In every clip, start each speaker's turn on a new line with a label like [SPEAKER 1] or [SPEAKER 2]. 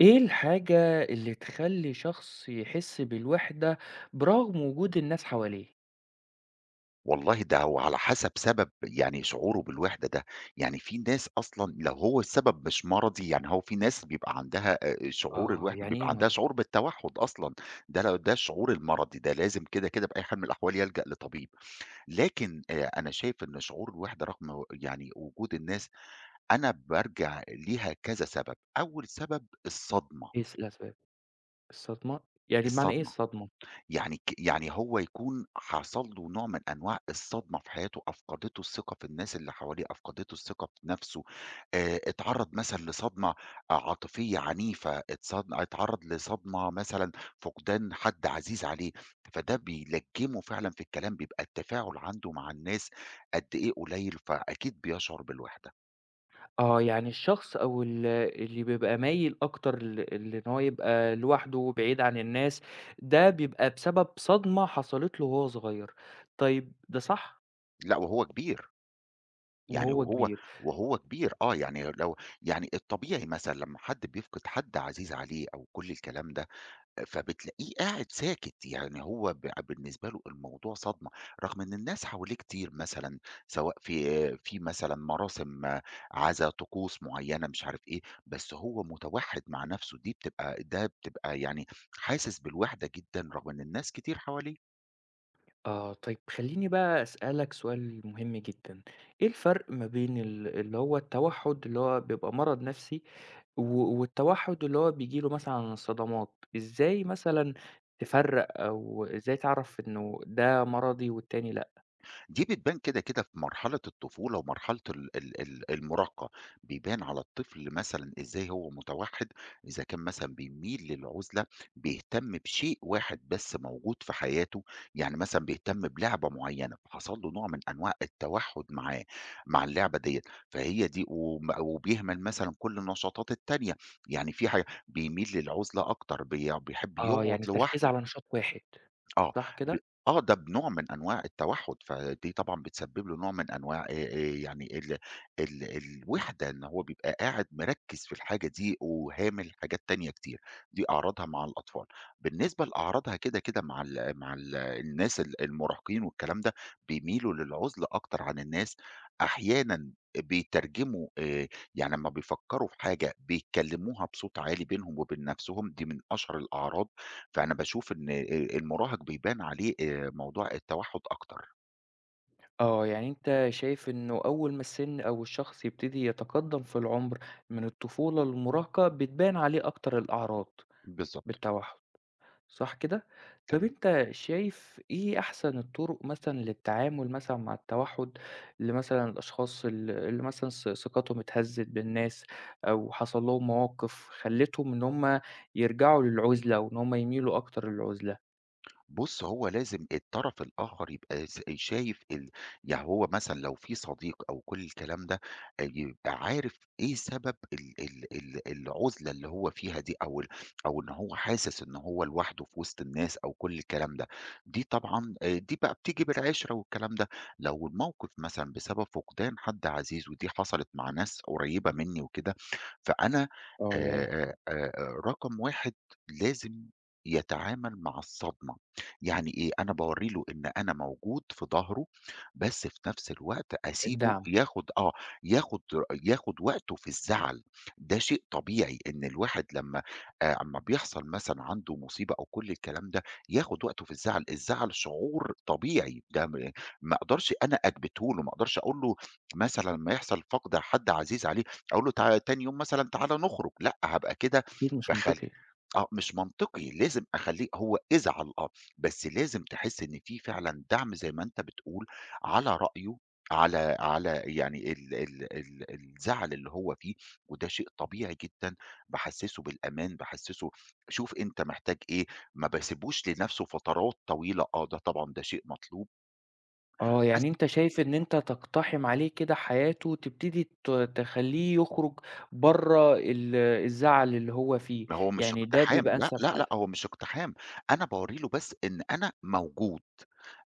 [SPEAKER 1] إيه الحاجة اللي تخلّي شخص يحس بالوحدة برغم وجود الناس حواليه؟
[SPEAKER 2] والله ده هو على حسب سبب يعني شعوره بالوحدة ده، يعني في ناس أصلًا لو هو السبب مش مرضي، يعني هو في ناس بيبقى عندها شعور
[SPEAKER 1] آه،
[SPEAKER 2] الوحدة
[SPEAKER 1] يعني
[SPEAKER 2] بيبقى
[SPEAKER 1] إيه
[SPEAKER 2] عندها
[SPEAKER 1] مرض؟
[SPEAKER 2] شعور بالتوحُّد أصلًا، ده لو ده الشعور المرضي ده لازم كده بأي حال من الأحوال يلجأ لطبيب، لكن أنا شايف إن شعور الوحدة رغم يعني وجود الناس، أنا بارجع ليها كذا سبب، أول سبب الصدمة،
[SPEAKER 1] إيه الأسباب؟ الصدمة؟ يعني بمعنى إيه
[SPEAKER 2] الصدمة.
[SPEAKER 1] الصدمة؟
[SPEAKER 2] يعني ك يعني هو يكون حصل له نوع من أنواع الصدمة في حياته، أفقدته الثقة في الناس اللي حواليه، أفقدته الثقة في نفسه، اتعرّض مثلًا لصدمة آه، عاطفية عنيفة، اتعرّض لصدمة مثلًا فقدان حد عزيز عليه، فده بيلجّمه فعلًا في الكلام، بيبقى التفاعل عنده مع الناس قد إيه قليل، فأكيد بيشعر بالوحدة،
[SPEAKER 1] آه، يعني الشخص أو اللي بيبقى مايل أكتر لإن هو يبقى لوحده بعيد عن الناس، ده بيبقى بسبب صدمة حصلت له وهو صغير. طيب ده صح
[SPEAKER 2] لأ وهو كبير. يعني
[SPEAKER 1] وهو
[SPEAKER 2] وهو
[SPEAKER 1] كبير.
[SPEAKER 2] وهو كبير آه، يعني لو يعني الطبيعي مثلًا لمّا حد بيفقد حد عزيز عليه أو كل الكلام ده، فبتلاقيه قاعد ساكت، يعني هو بالنسبة له الموضوع صدمة، رغم إن الناس حواليه كتير مثلًا سواء في مثلًا مراسم آه، عزا، طقوس معيّنة، مش عارف إيه، بس هو متوحد مع نفسه، دي بتبقى ده بتبقى يعني حاسس بالوحدة جدًا رغم إن الناس كتير حواليه.
[SPEAKER 1] آه، طيب خلّيني بقى أسألك سؤال مهم جدًا، إيه الفرق ما بين اللي هو التوحُّد اللي هو بيبقى مرض نفسي والتوحُّد اللي هو بييجي له مثلًا عن الصدمات، إزاي مثلًا تفرّق أو إزاي تعرف إنه ده مرضي والتاني لأ؟
[SPEAKER 2] دي بتبان كده في مرحلة الطفولة ومرحلة ال ال ال المراهقة، بيبان على الطفل مثلًا إزاي هو متوحِّد، إذا كان مثلًا بيميل للعُزلة، بيهتم بشيء واحد بس موجود في حياته، يعني مثلًا بيهتم بلعبة معيّنة، فحصل له نوع من أنواع التوحُّد معاه، مع اللعبة ديّة، فهي دي وبيهمل مثلًا كل النشاطات التانية، يعني في حاجة بيميل للعُزلة أكتر، بيحب
[SPEAKER 1] آه،
[SPEAKER 2] يقعد
[SPEAKER 1] يعني التركيز
[SPEAKER 2] لوحده.
[SPEAKER 1] على نشاط واحد
[SPEAKER 2] آه،
[SPEAKER 1] صح
[SPEAKER 2] ب
[SPEAKER 1] كده؟
[SPEAKER 2] آه، ده بنوع من أنواع التوحُّد، فدي طبعًا بتسبب له نوع من أنواع يعني ال ال الوحدة، إن هو بيبقى قاعد مركِّز في الحاجة دي وهامل حاجات تانية كتير، دي أعراضها مع الأطفال. بالنسبة لأعراضها كده مع الناس المراهقين والكلام ده، بيميلوا للعُزلة أكتر عن الناس، أحيانًا بيترجموا يعني لمّا بيفكّروا في حاجة بيتكلّموها بصوت عالي بينهم وبين نَفْسهم، دي من أشهر الأعراض. فأنا باشوف إن المراهق بيبان عليه موضوع التوحُّد أكتر.
[SPEAKER 1] آه، يعني أنت شايف إنه أول ما السِن أو الشخص يبتدي يتقدّم في العُمر من الطفولة للمراهقة بتبان عليه أكتر الأعراض
[SPEAKER 2] بالضبط.
[SPEAKER 1] بالتوحُّد. صح كده؟ طب
[SPEAKER 2] تم.
[SPEAKER 1] أنت شايف إيه أحسن الطرق مثلًا للتعامل مثلًا مع التوحُّد، اللي مثلًا الأشخاص اللي مثلًا ثقتهم اتهزّت بالناس أو حصل لهم مواقف خلّتهم إن هم يرجعوا للعُزلة وإن هم يميلوا أكتر للعُزلة؟
[SPEAKER 2] بُص، هو لازم الطرف الآخر يبقى شايف يعني هو مثلًا لو في صديق أو كل الكلام ده، يبقى عارف إيه سبب ال ال ال العُزلة اللي هو فيها دي أو إن هو حاسس إن هو لوحده في وسط الناس أو كل الكلام ده. دي بقى بتيجي بالعِشرة والكلام ده. لو الموقف مثلًا بسبب فقدان حد عزيز ودي حصلت مع ناس قريّبة منّي وكده، فأنا
[SPEAKER 1] آه ياه!
[SPEAKER 2] آآ آآ آآ رقم 1 لازم يتعامل مع الصدمة. يعني إيه، أنا باورّي له إن أنا موجود في ضهره، بس في نفس الوقت أسيبه
[SPEAKER 1] الدعم،
[SPEAKER 2] ياخد آه، ياخد ياخد وقته في الزعل، ده شيء طبيعي إن الواحد لمّا أمّا بيحصل مثلًا عنده مصيبة أو كل الكلام ده، ياخد وقته في الزعل، الزعل شعور طبيعي، ده م ما أقدرش أنا أثبته له، ما أقدرش أقول له مثلًا لمّا يحصل فقد حد عزيز عليه، أقول له تاني يوم مثلًا تعالَ نخرج، لأ، هابقى كده
[SPEAKER 1] أكيد مش
[SPEAKER 2] باخلّيه
[SPEAKER 1] منطقي.
[SPEAKER 2] آه، مش منطقي، لازم أخلّيه هو ازعل آه، بس لازم تحس إن في فعلًا دعم زي ما أنت بتقول على رأيه، على يعني ال ال ال الزعل اللي هو فيه، وده شيء طبيعي جدًا، باحسّسه بالأمان، باحسّسه شوف أنت محتاج إيه، ما باسيبوش لنفسه فترات طويلة، آه، ده طبعًا ده شيء مطلوب،
[SPEAKER 1] آه،
[SPEAKER 2] بس
[SPEAKER 1] يعني أنت شايف إن أنت تقتحم عليه كده حياته وتبتدي تخلّيه يخرج برّه الزعل اللي هو فيه،
[SPEAKER 2] ما هو مش
[SPEAKER 1] يعني ده
[SPEAKER 2] اقتحام،
[SPEAKER 1] بيبقى
[SPEAKER 2] لأ،
[SPEAKER 1] أنسب
[SPEAKER 2] لأ،
[SPEAKER 1] حل.
[SPEAKER 2] لأ، هو مش اقتحام، أنا باورّي له بس إن أنا موجود.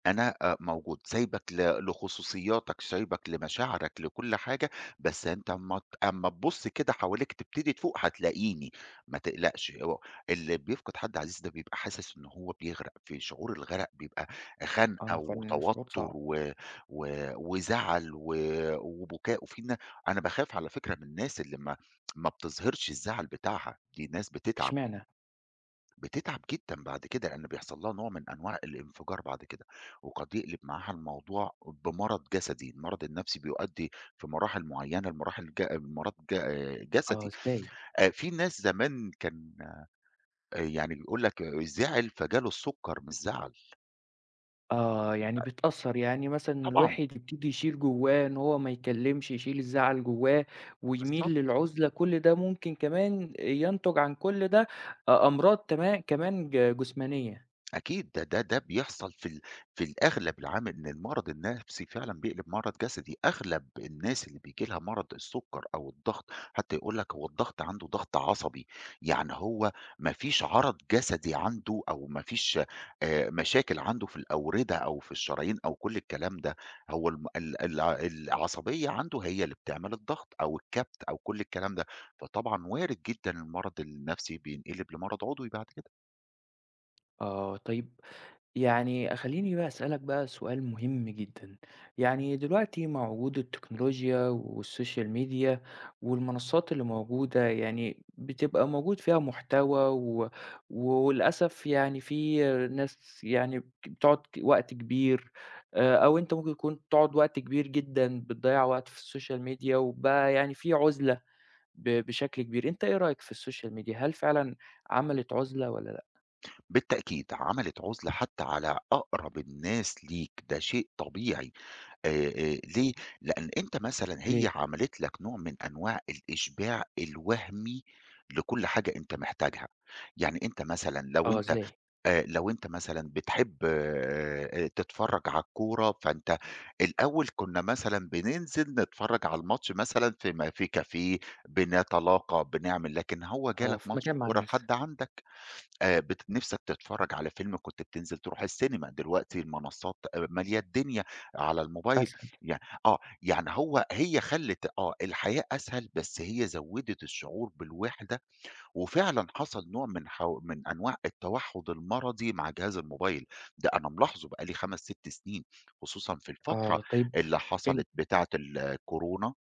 [SPEAKER 2] أنا موجود، سايبك لخصوصياتك، سايبك لمشاعرك، لكل حاجة، بس أنت أمّا تبُص كده حواليك تبتدي تفوق هتلاقيني، ما تقلقش، هو اللي بيفقد حد عزيز ده بيبقى حاسس إن هو بيغرق، في شعور الغرق بيبقى خنقة
[SPEAKER 1] آه، فعلًا شعور
[SPEAKER 2] وتوتر
[SPEAKER 1] صعب.
[SPEAKER 2] و و وزعل وبكاء، وفي نا أنا باخاف على فكرة من الناس اللي ما بتظهرش الزعل بتاعها، دي ناس بتتعب.
[SPEAKER 1] إشمعنى؟
[SPEAKER 2] بتتعب جدًا بعد كده، لأن بيحصل لها نوع من أنواع الانفجار بعد كده، وقد يقلب معاها الموضوع بمرض جسدي، المرض النفسي بيؤدي في مراحل معيّنة لمراحل ج مرض ج
[SPEAKER 1] آه،
[SPEAKER 2] جسدي،
[SPEAKER 1] إزاي؟
[SPEAKER 2] في ناس زمان كان آه، يعني بيقول لك زعل فجاله السكر مش زعل،
[SPEAKER 1] آه، يعني بتأثّر، يعني مثلًا إن
[SPEAKER 2] طبعًا.
[SPEAKER 1] الواحد يبتدي يشيل جوّاه إن هو ما يكلّمش، يشيل الزعل جوّاه ويميل
[SPEAKER 2] بالضبط.
[SPEAKER 1] للعُزلة، كل ده ممكن كمان ينتج عن كل ده أمراض كمان جسمانية.
[SPEAKER 2] أكيد ده بيحصل في الأغلب العام إن المرض النفسي فعلًا بيقلب مرض جسدي، أغلب الناس اللي بييجي لها مرض السُكّر أو الضغط حتى يقول لك هو الضغط عنده ضغط عصبي، يعني هو ما فيش عَرَض جسدي عنده أو ما فيش مشاكل عنده في الأوردة أو في الشرايين أو كل الكلام ده، هو الم ال الع العصبية عنده هي اللي بتعمل الضغط أو الكبت أو كل الكلام ده، فطبعًا وارد جدًا المرض النفسي بينقلب لمرض عضوي بعد كده.
[SPEAKER 1] آه، طيب يعني خلّيني بقى أسألك بقى سؤال مهم جدًا، يعني دلوقتي مع وجود التكنولوجيا والسوشيال ميديا والمنصات اللي موجودة، يعني بتبقى موجود فيها محتوى وللأسف يعني في ناس يعني بتقعد وقت كبير أو أنت ممكن تكون تقعد وقت كبير جدًا بتضيّع وقت في السوشيال ميديا، وبقى يعني في عُزلة بشكل كبير، أنت إيه رأيك في السوشيال ميديا؟ هل فعلًا عملت عُزلة والّا لأ؟
[SPEAKER 2] بالتأكيد، عملت عُزلة حتّى على أقرب الناس ليك، ده شيء طبيعي. آآ ليه؟ لإن أنت مثلًا
[SPEAKER 1] ليه؟
[SPEAKER 2] هي عملت لك نوع من أنواع الإشباع الوهمي لكل حاجة أنت محتاجها، يعني أنت مثلًا لو
[SPEAKER 1] آه،
[SPEAKER 2] أنت
[SPEAKER 1] إزاي؟
[SPEAKER 2] آآ لو أنت مثلًا بتحب تتفرّج على الكورة، فأنت الأول كُنّا مثلًا بننزل نتفرّج على الماتش مثلًا في كافيه، بنتلاقى، بنعمل، لكن هو جه
[SPEAKER 1] آه،
[SPEAKER 2] لك
[SPEAKER 1] في
[SPEAKER 2] ماتش
[SPEAKER 1] مكان مع
[SPEAKER 2] الكورة
[SPEAKER 1] ناس.
[SPEAKER 2] لحد عندك. بت نِفْسك تتفرّج على فيلم كنت بتنزل تروح السينما، دلوقتي المنصات مالية الدنيا على الموبايل،
[SPEAKER 1] أسهل،
[SPEAKER 2] يع آه، يعني هي خلِّت آه، الحياة أسهل بس هي زوّدت الشعور بالوحدة، وفعلًا حصل نوع من من أنواع التوحُّد المرضي مع جهاز الموبايل، ده أنا ملاحظه بقى لي 5، 6 سنين، خصوصًا في الفترة
[SPEAKER 1] آه، طيب
[SPEAKER 2] اللي
[SPEAKER 1] أنت
[SPEAKER 2] حصلت بتاعة الكورونا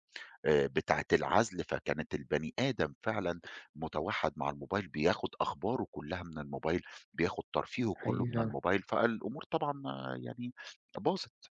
[SPEAKER 2] بتاعة العزل، فكانت البني آدم فعلًا متوحّد مع الموبايل، بياخد أخباره كلّها من الموبايل، بياخد ترفيهه كلّه
[SPEAKER 1] حقيقي
[SPEAKER 2] من
[SPEAKER 1] فعلًا،
[SPEAKER 2] الموبايل، فالأمور طبعًا آه، يعني باظت.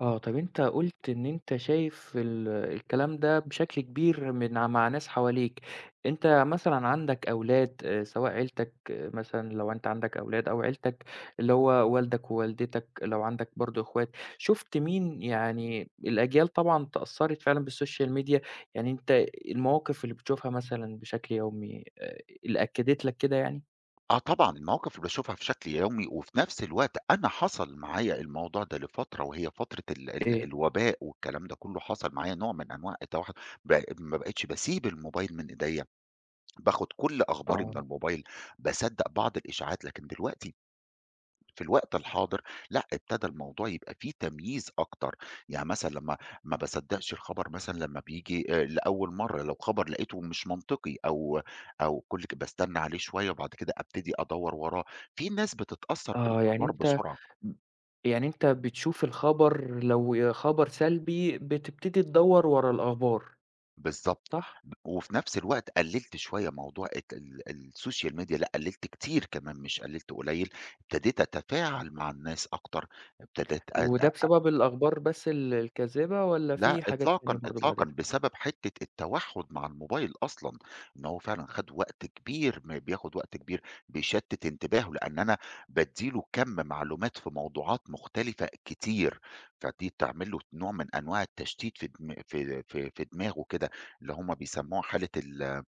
[SPEAKER 1] آه، طب أنت قُلت إن أنت شايف الكلام ده بشكل كبير من مع ناس حواليك، أنت مثلًا عندك أولاد سواء عيلتك آه، مثلًا لو أنت عندك أولاد أو عيلتك اللي هو والدك ووالدتك، لو عندك برضه إخوات، شُفت مين يعني الأجيال طبعًا اتأثّرت فعلًا بالسوشيال ميديا، يعني أنت المواقف اللي بتشوفها مثلًا بشكل يومي اللي أكّدت لك كده يعني؟
[SPEAKER 2] آه طبعًا، المواقف اللي باشوفها في شكل يومي وفي نفس الوقت أنا حصل معايا الموضوع ده لفترة وهي فترة ال ال
[SPEAKER 1] إيه؟
[SPEAKER 2] الوباء والكلام ده كلّه، حصل معايا نوع من أنواع التوحّد، ما بقيتش باسيب الموبايل من إيديّا، باخد كل أخباري من
[SPEAKER 1] آه،
[SPEAKER 2] الموبايل، باصدّق بعض الإشاعات، لكن دلوقتي في الوقت الحاضر لأ، ابتدى الموضوع يبقى فيه تمييز أكتر، يعني مثلًا لمّا ما باصدّقش الخبر مثلًا لمّا بييجي لأول مرّة، لو خبر لقيته مش منطقي أو أو كل ك باستنى عليه شوية وبعد كده أبتدي أدوّر وراه، في ناس بتتأثّر
[SPEAKER 1] آه، يعني
[SPEAKER 2] بالأخبار
[SPEAKER 1] أنت
[SPEAKER 2] بسرعة،
[SPEAKER 1] يعني أنت بتشوف الخبر لو خبر سلبي بتبتدي تدوّر ورا الأخبار،
[SPEAKER 2] بالضبط،
[SPEAKER 1] صح؟
[SPEAKER 2] وفي نفس الوقت قلّلت شوية موضوع الت ال السوشيال ميديا لأ، قلّلت كتير كمان مش قلّلت قليل، ابتديت أتفاعل مع الناس أكتر، ابتديت أت
[SPEAKER 1] وده بسبب الأخبار بس الكاذبة والّا
[SPEAKER 2] لأ
[SPEAKER 1] في حاجات تانية
[SPEAKER 2] إطلاقًا،
[SPEAKER 1] برضه بعد
[SPEAKER 2] إطلاقًا،
[SPEAKER 1] كده؟
[SPEAKER 2] بسبب حتّة التوحُّد مع الموبايل أصلًا، إن هو فعلًا خَد وقت كبير ما بياخُد وقت كبير، بيشتِّت انتباهه، لإن أنا بادّي له كَم معلومات في موضوعات مختلفة كتير، فدي بتعمل له نوع من أنواع التشتيت في دم في في في دماغه كده، اللي هم بيسمّوها حالة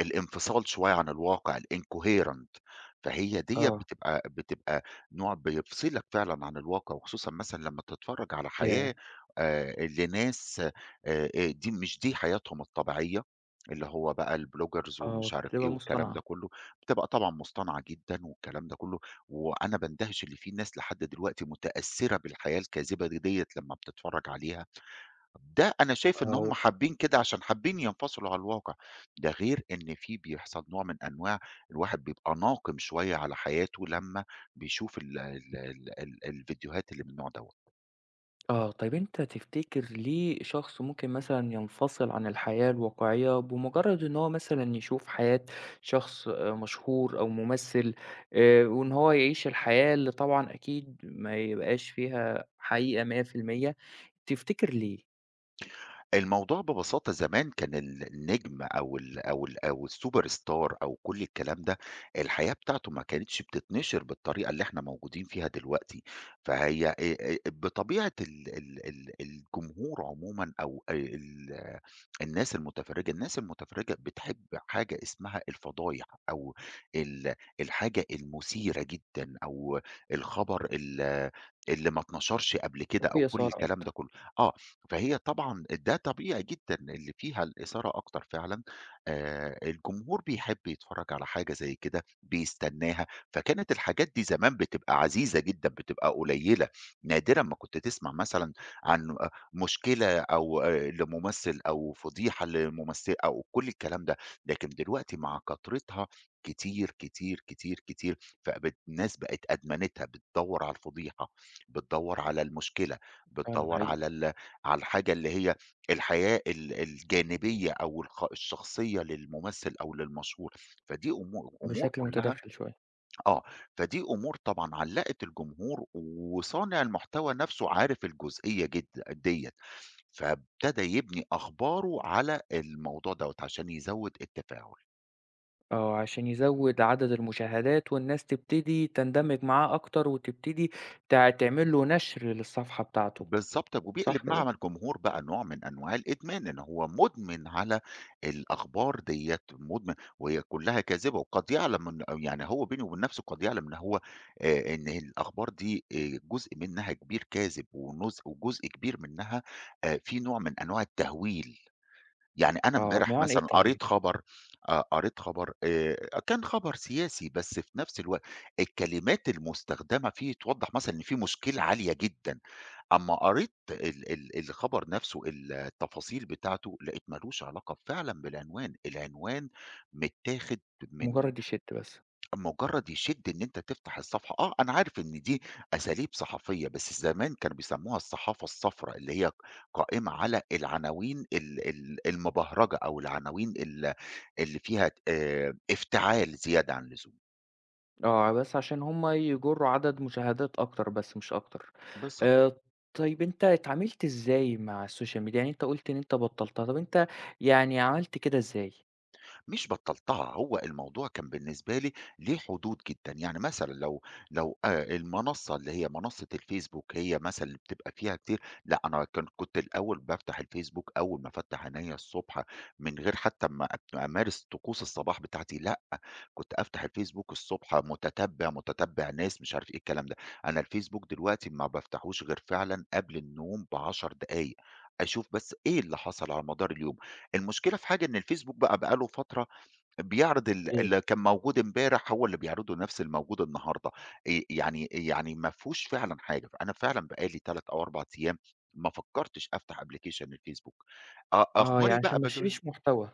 [SPEAKER 2] الانفصال شوية عن الواقع الincoherent. فهي ديّة
[SPEAKER 1] آه،
[SPEAKER 2] بتبقى نوع بيفصلك فعلًا عن الواقع، وخصوصًا مثلًا لمّا تتفرّج على
[SPEAKER 1] ياه!
[SPEAKER 2] حياة لناس مش دي حياتهم الطبيعية، اللي هو بقى البلوجرز
[SPEAKER 1] آه،
[SPEAKER 2] والمش عارف إيه
[SPEAKER 1] بتبقى
[SPEAKER 2] والكلام ده
[SPEAKER 1] مصطنعة.
[SPEAKER 2] كلّه، بتبقى طبعًا مصطنعة جدًا والكلام ده كلّه، وأنا باندهش اللي في ناس لحد دلوقتي متأثّرة بالحياة الكاذبة ديّة لمّا بتتفرّج عليها. ده أنا شايف إن هم
[SPEAKER 1] آه،
[SPEAKER 2] حابين كده عشان حابين ينفصلوا على الواقع، ده غير إن في بيحصل نوع من أنواع الواحد بيبقى ناقم شوية على حياته لمّا بيشوف ال ال ال ال الفيديوهات اللي من النوع دوّة.
[SPEAKER 1] آه، طيب أنت تفتكر ليه شخص ممكن مثلًا ينفصل عن الحياة الواقعية بمجرد إن هو مثلًا يشوف حياة شخص مشهور أو ممثل وإن هو يعيش الحياة اللي طبعًا أكيد ما يبقاش فيها حقيقة 100%، تفتكر ليه
[SPEAKER 2] الموضوع ببساطة زمان كان النجم أو الsuperstar أو كل الكلام ده، الحياة بتاعته ما كانتش بتتنشر بالطريقة اللي إحنا موجودين فيها دلوقتي، فهي بطبيعة ال ال ال الجمهور عمومًا أو ال الناس المتفرجة، الناس المتفرجة بتحب حاجة اسمها الفضايح أو الحاجة المثيرة جدًا أو الخبر اللي ما اتنشرش قبل كده أو
[SPEAKER 1] في
[SPEAKER 2] كل
[SPEAKER 1] إثارة
[SPEAKER 2] الكلام ده
[SPEAKER 1] أكتر؟
[SPEAKER 2] كله. آه، فهي طبعًا ده طبيعي جدًا اللي فيها الإثارة أكتر فعلًا، الجمهور بيحب يتفرّج على حاجة زي كده، بيستناها، فكانت الحاجات دي زمان بتبقى عزيزة جدًا، بتبقى قليلة، نادرًا ما كنت تسمع مثلًا عن مشكلة أو لممثل أو فضيحة لممثلة أو كل الكلام ده، لكن دلوقتي مع كترتها كتير، كتير، كتير، كتير، الناس بقت أدمنتها، بتدوّر على الفضيحة، بتدوّر على المشكلة،
[SPEAKER 1] فعلًا
[SPEAKER 2] بتدوّر
[SPEAKER 1] حقيقي.
[SPEAKER 2] على الحاجة اللي هي الحياة الجانبية أو الشخصية للممثل أو للمشهور، فدي أمور
[SPEAKER 1] بشكل
[SPEAKER 2] كلّها
[SPEAKER 1] متداخل شوية،
[SPEAKER 2] آه، فدي أمور طبعًا علّقت الجمهور وصانع المحتوى نَفْسه عارف الجزئية ديّة، فابتدى يبني أخباره على الموضوع دوّة عشان يزوّد التفاعل.
[SPEAKER 1] آه، عشان يزوّد عدد المشاهدات والناس تبتدي تندمج معاه أكتر وتبتدي تعمل له نشر للصفحة بتاعته،
[SPEAKER 2] بالضبط،
[SPEAKER 1] صح
[SPEAKER 2] وبيقلب مع
[SPEAKER 1] كده؟
[SPEAKER 2] مع الجمهور بقى نوع من أنواع الإدمان، إن هو مدمن على الأخبار ديّة، مدمن وهي كلّها كاذبة، وقد يعلم إن يعني هو بينه وبين نفسه قد يعلم إن هو إن الأخبار دي جزء منها كبير كاذب وجزء كبير منها فيه نوع من أنواع التهويل، يعني أنا
[SPEAKER 1] آه،
[SPEAKER 2] امبارح
[SPEAKER 1] بمعنى إيه
[SPEAKER 2] مثلًا
[SPEAKER 1] التعويض؟
[SPEAKER 2] قريت خبر. كان خبر سياسي، بس في نفس الوقت الكلمات المستخدمة فيه توضّح مثلًا إن في مشكلة عالية جدًا. أمّا قريت ال ال الخبر نفسه، التفاصيل بتاعته، لقيت ما لوش علاقة فعلًا بالعنوان، العنوان متاخد من
[SPEAKER 1] مجرد يشد بس،
[SPEAKER 2] مجرد يشد إن أنت تفتح الصفحة، آه، أنا عارف إن دي أساليب صحفية، بس زمان كانوا بيسموها الصحافة الصفرا، اللي هي قائمة على العناوين ال ال المبهرجة أو العناوين اللي فيها افتعال زيادة عن اللزوم.
[SPEAKER 1] آه، بس عشان هم يجروا عدد مشاهدات أكتر بس مش أكتر.
[SPEAKER 2] بالضبط.
[SPEAKER 1] آآ، طيب أنت اتعاملت إزاي مع السوشيال ميديا؟ يعني أنت قُلت إن أنت بطّلتها، طب أنت يعني عملت كده إزاي؟
[SPEAKER 2] مش بطّلتها، هو الموضوع كان بالنسبة لي ليه حدود جدًا، يعني مثلًا لو المنصة اللي هي منصة الفيسبوك هي مثلًا اللي بتبقى فيها كتير، لأ أنا كنت الأول بافتح الفيسبوك أول ما أفتح عينيّا الصبح من غير حتى ما أمارس طقوس الصباح بتاعتي، لأ كنت أفتح الفيسبوك الصبح متتبع، متتبع ناس مش عارف إيه الكلام ده، أنا الفيسبوك دلوقتي ما بافتحوش غير فعلًا قبل النوم ب10 دقايق، أشوف بس إيه اللي حصل على مدار اليوم، المشكلة في حاجة إن الفيسبوك بقى له فترة بيعرض
[SPEAKER 1] إيه؟
[SPEAKER 2] اللي كان موجود امبارح هو اللي بيعرضه نفس الموجود النهارده، يعني ما فيهوش فعلًا حاجة، فأنا فعلًا بقى لي 3 أو 4 أيام ما فكّرتش أفتح أبلكيشن الفيسبوك،
[SPEAKER 1] آه،
[SPEAKER 2] أخباري
[SPEAKER 1] يعني
[SPEAKER 2] بقى
[SPEAKER 1] عشان ما تشيلش محتوى.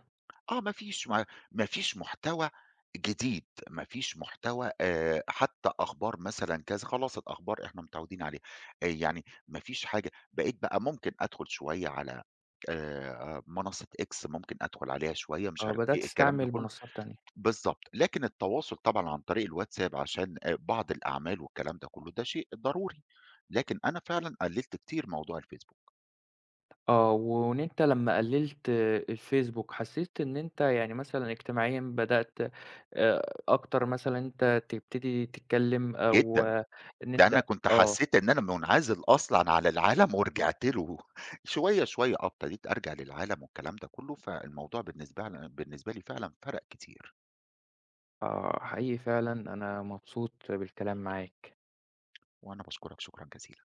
[SPEAKER 2] آه ما فيش محتوى جديد، ما فيش محتوى حتى أخبار مثلًا كذا، خلاص الأخبار إحنا متعودين عليها، يعني ما فيش حاجة، بقيت بقى ممكن أدخل شوية على منصة X ممكن أدخل عليها شوية مش
[SPEAKER 1] آه،
[SPEAKER 2] عارف
[SPEAKER 1] بدأت
[SPEAKER 2] إيه، الكلام ده
[SPEAKER 1] تستعمل
[SPEAKER 2] كله.
[SPEAKER 1] منصات تانية.
[SPEAKER 2] بالضبط، لكن التواصل طبعًا عن طريق الواتساب عشان بعض الأعمال والكلام ده كلّه، ده شيء ضروري، لكن أنا فعلًا قلّلت كتير موضوع الفيسبوك،
[SPEAKER 1] آه، وإن أنت لمّا قلّلت الفيسبوك، حسّيت إن أنت يعني مثلًا اجتماعيًا بدأت أكتر مثلًا أنت تبتدي تتكلّم أو
[SPEAKER 2] جدًا،
[SPEAKER 1] آه، إن
[SPEAKER 2] ده
[SPEAKER 1] أنت
[SPEAKER 2] أنا كنت
[SPEAKER 1] آه،
[SPEAKER 2] حسّيت إن أنا منعزل أصلًا على العالم ورجعت له، شوية، شوية آه، ابتديت أرجع للعالم والكلام ده كلّه، فالموضوع بالنسبة لي فعلًا فرق كتير،
[SPEAKER 1] آه، حقيقي فعلًا أنا مبسوط بالكلام معاك.
[SPEAKER 2] وأنا باشكرك شكرًا جزيلًا.